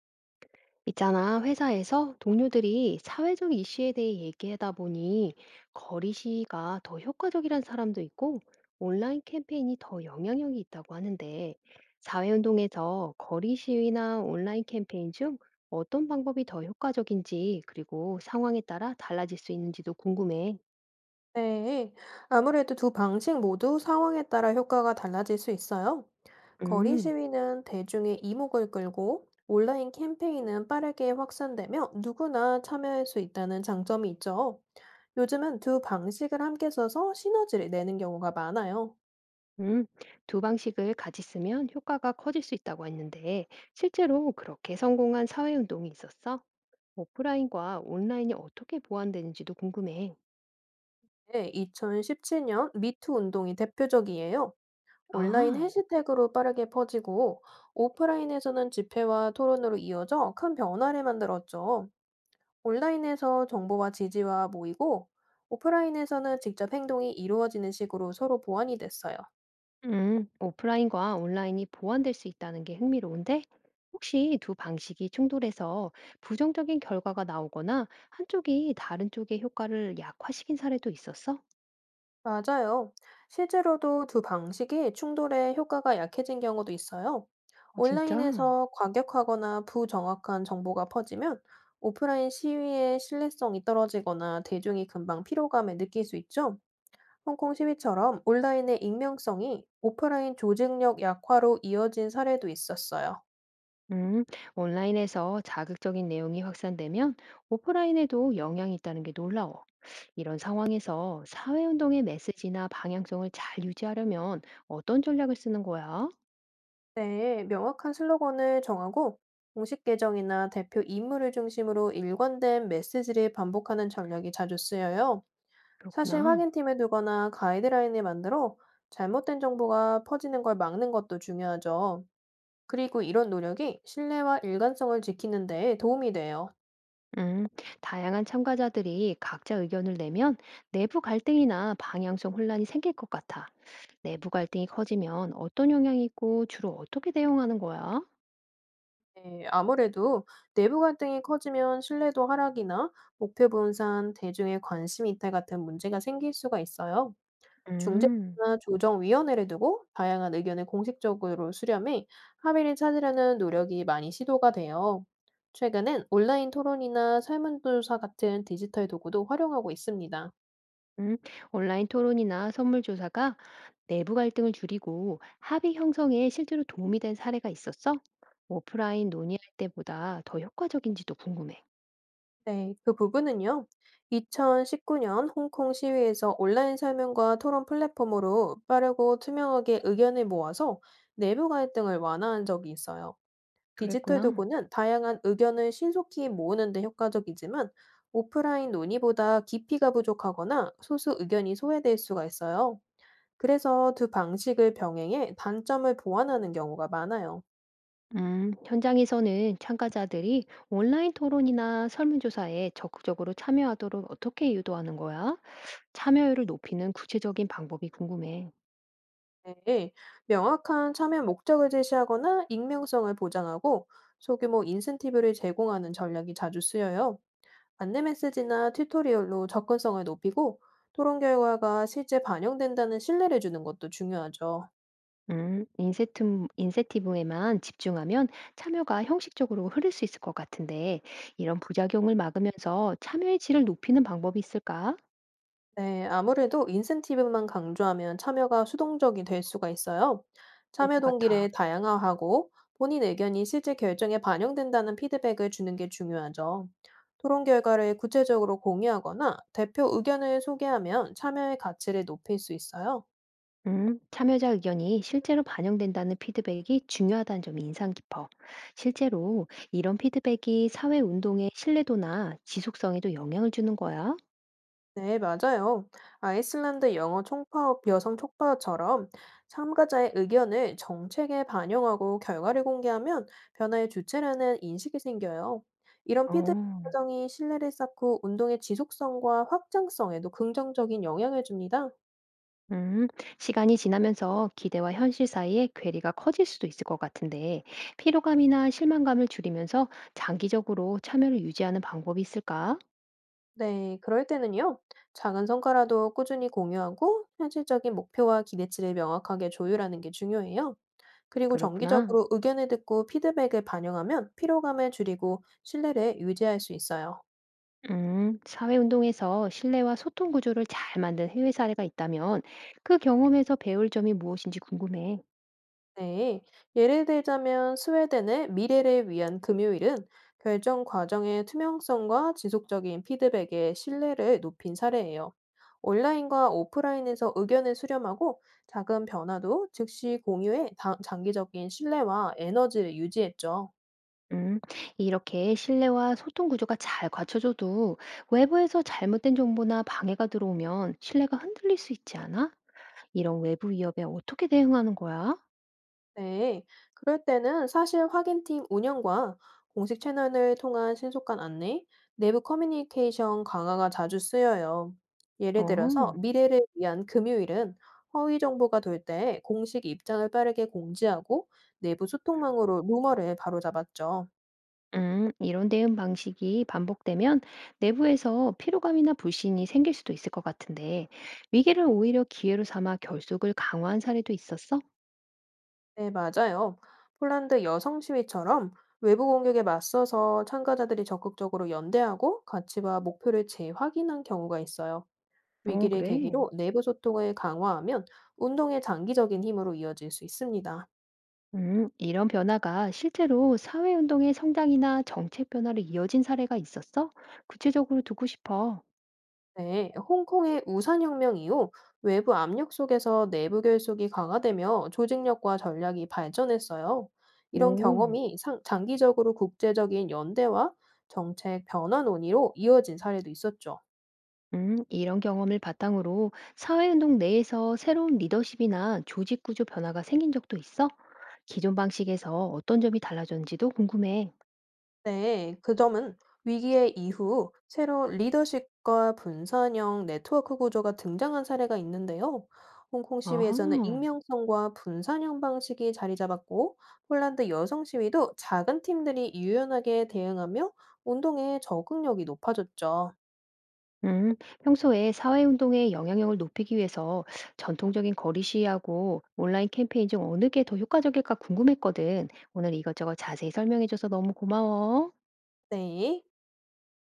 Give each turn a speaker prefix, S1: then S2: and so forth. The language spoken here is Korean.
S1: 있잖아, 회사에서 동료들이 사회적 이슈에 대해 얘기하다 보니 거리 시위가 더 효과적이란 사람도 있고 온라인 캠페인이 더 영향력이 있다고 하는데 사회운동에서 거리 시위나 온라인 캠페인 중 어떤 방법이 더 효과적인지 그리고 상황에 따라 달라질 수 있는지도 궁금해.
S2: 네, 아무래도 두 방식 모두 상황에 따라 효과가 달라질 수 있어요. 거리
S1: 음,
S2: 시위는 대중의 이목을 끌고 온라인 캠페인은 빠르게 확산되며 누구나 참여할 수 있다는 장점이 있죠. 요즘은 두 방식을 함께 써서 시너지를 내는 경우가 많아요.
S1: 음, 두 방식을 같이 쓰면 효과가 커질 수 있다고 했는데 실제로 그렇게 성공한 사회운동이 있었어? 오프라인과 온라인이 어떻게 보완되는지도 궁금해.
S2: 네, 2017년 미투 운동이 대표적이에요. 온라인
S1: 아,
S2: 해시태그로 빠르게 퍼지고 오프라인에서는 집회와 토론으로 이어져 큰 변화를 만들었죠. 온라인에서 정보와 지지와 모이고, 오프라인에서는 직접 행동이 이루어지는 식으로 서로 보완이 됐어요.
S1: 오프라인과 온라인이 보완될 수 있다는 게 흥미로운데, 혹시 두 방식이 충돌해서 부정적인 결과가 나오거나 한쪽이 다른 쪽의 효과를 약화시킨 사례도 있었어?
S2: 맞아요. 실제로도 두 방식이 충돌에 효과가 약해진 경우도 있어요.
S1: 어, 진짜?
S2: 온라인에서 과격하거나 부정확한 정보가 퍼지면 오프라인 시위의 신뢰성이 떨어지거나 대중이 금방 피로감을 느낄 수 있죠. 홍콩 시위처럼 온라인의 익명성이 오프라인 조직력 약화로 이어진 사례도 있었어요.
S1: 음, 온라인에서 자극적인 내용이 확산되면 오프라인에도 영향이 있다는 게 놀라워. 이런 상황에서 사회운동의 메시지나 방향성을 잘 유지하려면 어떤 전략을 쓰는 거야?
S2: 네, 명확한 슬로건을 정하고 공식 계정이나 대표 인물을 중심으로 일관된 메시지를 반복하는 전략이 자주 쓰여요. 사실
S1: 그렇구나.
S2: 확인팀에 두거나 가이드라인을 만들어 잘못된 정보가 퍼지는 걸 막는 것도 중요하죠. 그리고 이런 노력이 신뢰와 일관성을 지키는 데 도움이 돼요.
S1: 음, 다양한 참가자들이 각자 의견을 내면 내부 갈등이나 방향성 혼란이 생길 것 같아. 내부 갈등이 커지면 어떤 영향이 있고 주로 어떻게 대응하는 거야?
S2: 네, 아무래도 내부 갈등이 커지면 신뢰도 하락이나 목표 분산, 대중의 관심 이탈 같은 문제가 생길 수가 있어요. 중재나
S1: 음,
S2: 조정위원회를 두고 다양한 의견을 공식적으로 수렴해 합의를 찾으려는 노력이 많이 시도가 돼요. 최근엔 온라인 토론이나 설문조사 같은 디지털 도구도 활용하고 있습니다.
S1: 음, 온라인 토론이나 선물 조사가 내부 갈등을 줄이고 합의 형성에 실제로 도움이 된 사례가 있었어? 오프라인 논의할 때보다 더 효과적인지도 궁금해.
S2: 네, 그 부분은요. 2019년 홍콩 시위에서 온라인 설문과 토론 플랫폼으로 빠르고 투명하게 의견을 모아서 내부 갈등을 완화한 적이 있어요. 디지털
S1: 그랬구나.
S2: 도구는 다양한 의견을 신속히 모으는 데 효과적이지만 오프라인 논의보다 깊이가 부족하거나 소수 의견이 소외될 수가 있어요. 그래서 두 방식을 병행해 단점을 보완하는 경우가 많아요.
S1: 현장에서는 참가자들이 온라인 토론이나 설문조사에 적극적으로 참여하도록 어떻게 유도하는 거야? 참여율을 높이는 구체적인 방법이 궁금해.
S2: 네, 명확한 참여 목적을 제시하거나 익명성을 보장하고 소규모 인센티브를 제공하는 전략이 자주 쓰여요. 안내 메시지나 튜토리얼로 접근성을 높이고 토론 결과가 실제 반영된다는 신뢰를 주는 것도 중요하죠.
S1: 음, 인센트, 인센티브에만 집중하면 참여가 형식적으로 흐를 수 있을 것 같은데, 이런 부작용을 막으면서 참여의 질을 높이는 방법이 있을까?
S2: 네, 아무래도 인센티브만 강조하면 참여가 수동적이 될 수가 있어요.
S1: 그럴
S2: 참여
S1: 것 같아.
S2: 동기를 다양화하고 본인 의견이 실제 결정에 반영된다는 피드백을 주는 게 중요하죠. 토론 결과를 구체적으로 공유하거나 대표 의견을 소개하면 참여의 가치를 높일 수 있어요.
S1: 참여자 의견이 실제로 반영된다는 피드백이 중요하다는 점이 인상 깊어. 실제로 이런 피드백이 사회 운동의 신뢰도나 지속성에도 영향을 주는 거야.
S2: 네, 맞아요. 아이슬란드 영어 총파업, 여성 촉파처럼 참가자의 의견을 정책에 반영하고 결과를 공개하면 변화의 주체라는 인식이 생겨요. 이런 피드백
S1: 어,
S2: 과정이 신뢰를 쌓고 운동의 지속성과 확장성에도 긍정적인 영향을 줍니다.
S1: 음, 시간이 지나면서 기대와 현실 사이의 괴리가 커질 수도 있을 것 같은데, 피로감이나 실망감을 줄이면서 장기적으로 참여를 유지하는 방법이 있을까?
S2: 네, 그럴 때는요. 작은 성과라도 꾸준히 공유하고 현실적인 목표와 기대치를 명확하게 조율하는 게 중요해요. 그리고
S1: 그렇구나.
S2: 정기적으로 의견을 듣고 피드백을 반영하면 피로감을 줄이고 신뢰를 유지할 수 있어요.
S1: 사회운동에서 신뢰와 소통 구조를 잘 만든 해외 사례가 있다면 그 경험에서 배울 점이 무엇인지 궁금해.
S2: 네. 예를 들자면 스웨덴의 미래를 위한 금요일은 결정 과정의 투명성과 지속적인 피드백에 신뢰를 높인 사례예요. 온라인과 오프라인에서 의견을 수렴하고 작은 변화도 즉시 공유해 장기적인 신뢰와 에너지를 유지했죠.
S1: 음, 이렇게 신뢰와 소통 구조가 잘 갖춰져도 외부에서 잘못된 정보나 방해가 들어오면 신뢰가 흔들릴 수 있지 않아? 이런 외부 위협에 어떻게 대응하는 거야?
S2: 네, 그럴 때는 사실 확인팀 운영과 공식 채널을 통한 신속한 안내, 내부 커뮤니케이션 강화가 자주 쓰여요. 예를 들어서
S1: 어,
S2: 미래를 위한 금요일은 허위 정보가 돌 때 공식 입장을 빠르게 공지하고 내부 소통망으로 루머를 바로잡았죠.
S1: 이런 대응 방식이 반복되면 내부에서 피로감이나 불신이 생길 수도 있을 것 같은데 위기를 오히려 기회로 삼아 결속을 강화한 사례도 있었어?
S2: 네, 맞아요. 폴란드 여성 시위처럼 외부 공격에 맞서서 참가자들이 적극적으로 연대하고 가치와 목표를 재확인한 경우가 있어요.
S1: 어,
S2: 위기를
S1: 그래.
S2: 계기로 내부 소통을 강화하면 운동의 장기적인 힘으로 이어질 수 있습니다.
S1: 이런 변화가 실제로 사회운동의 성장이나 정책 변화로 이어진 사례가 있었어? 구체적으로 듣고 싶어.
S2: 네, 홍콩의 우산혁명 이후 외부 압력 속에서 내부 결속이 강화되며 조직력과 전략이 발전했어요. 이런
S1: 오,
S2: 경험이 장기적으로 국제적인 연대와 정책 변화 논의로 이어진 사례도 있었죠.
S1: 이런 경험을 바탕으로 사회운동 내에서 새로운 리더십이나 조직 구조 변화가 생긴 적도 있어? 기존 방식에서 어떤 점이 달라졌는지도 궁금해.
S2: 네, 그 점은 위기의 이후 새로 리더십과 분산형 네트워크 구조가 등장한 사례가 있는데요. 홍콩 시위에서는
S1: 아하.
S2: 익명성과 분산형 방식이 자리 잡았고, 폴란드 여성 시위도 작은 팀들이 유연하게 대응하며 운동의 적응력이 높아졌죠.
S1: 음, 평소에 사회운동의 영향력을 높이기 위해서 전통적인 거리 시위하고 온라인 캠페인 중 어느 게 더 효과적일까 궁금했거든. 오늘 이것저것 자세히 설명해줘서 너무 고마워.
S2: 네.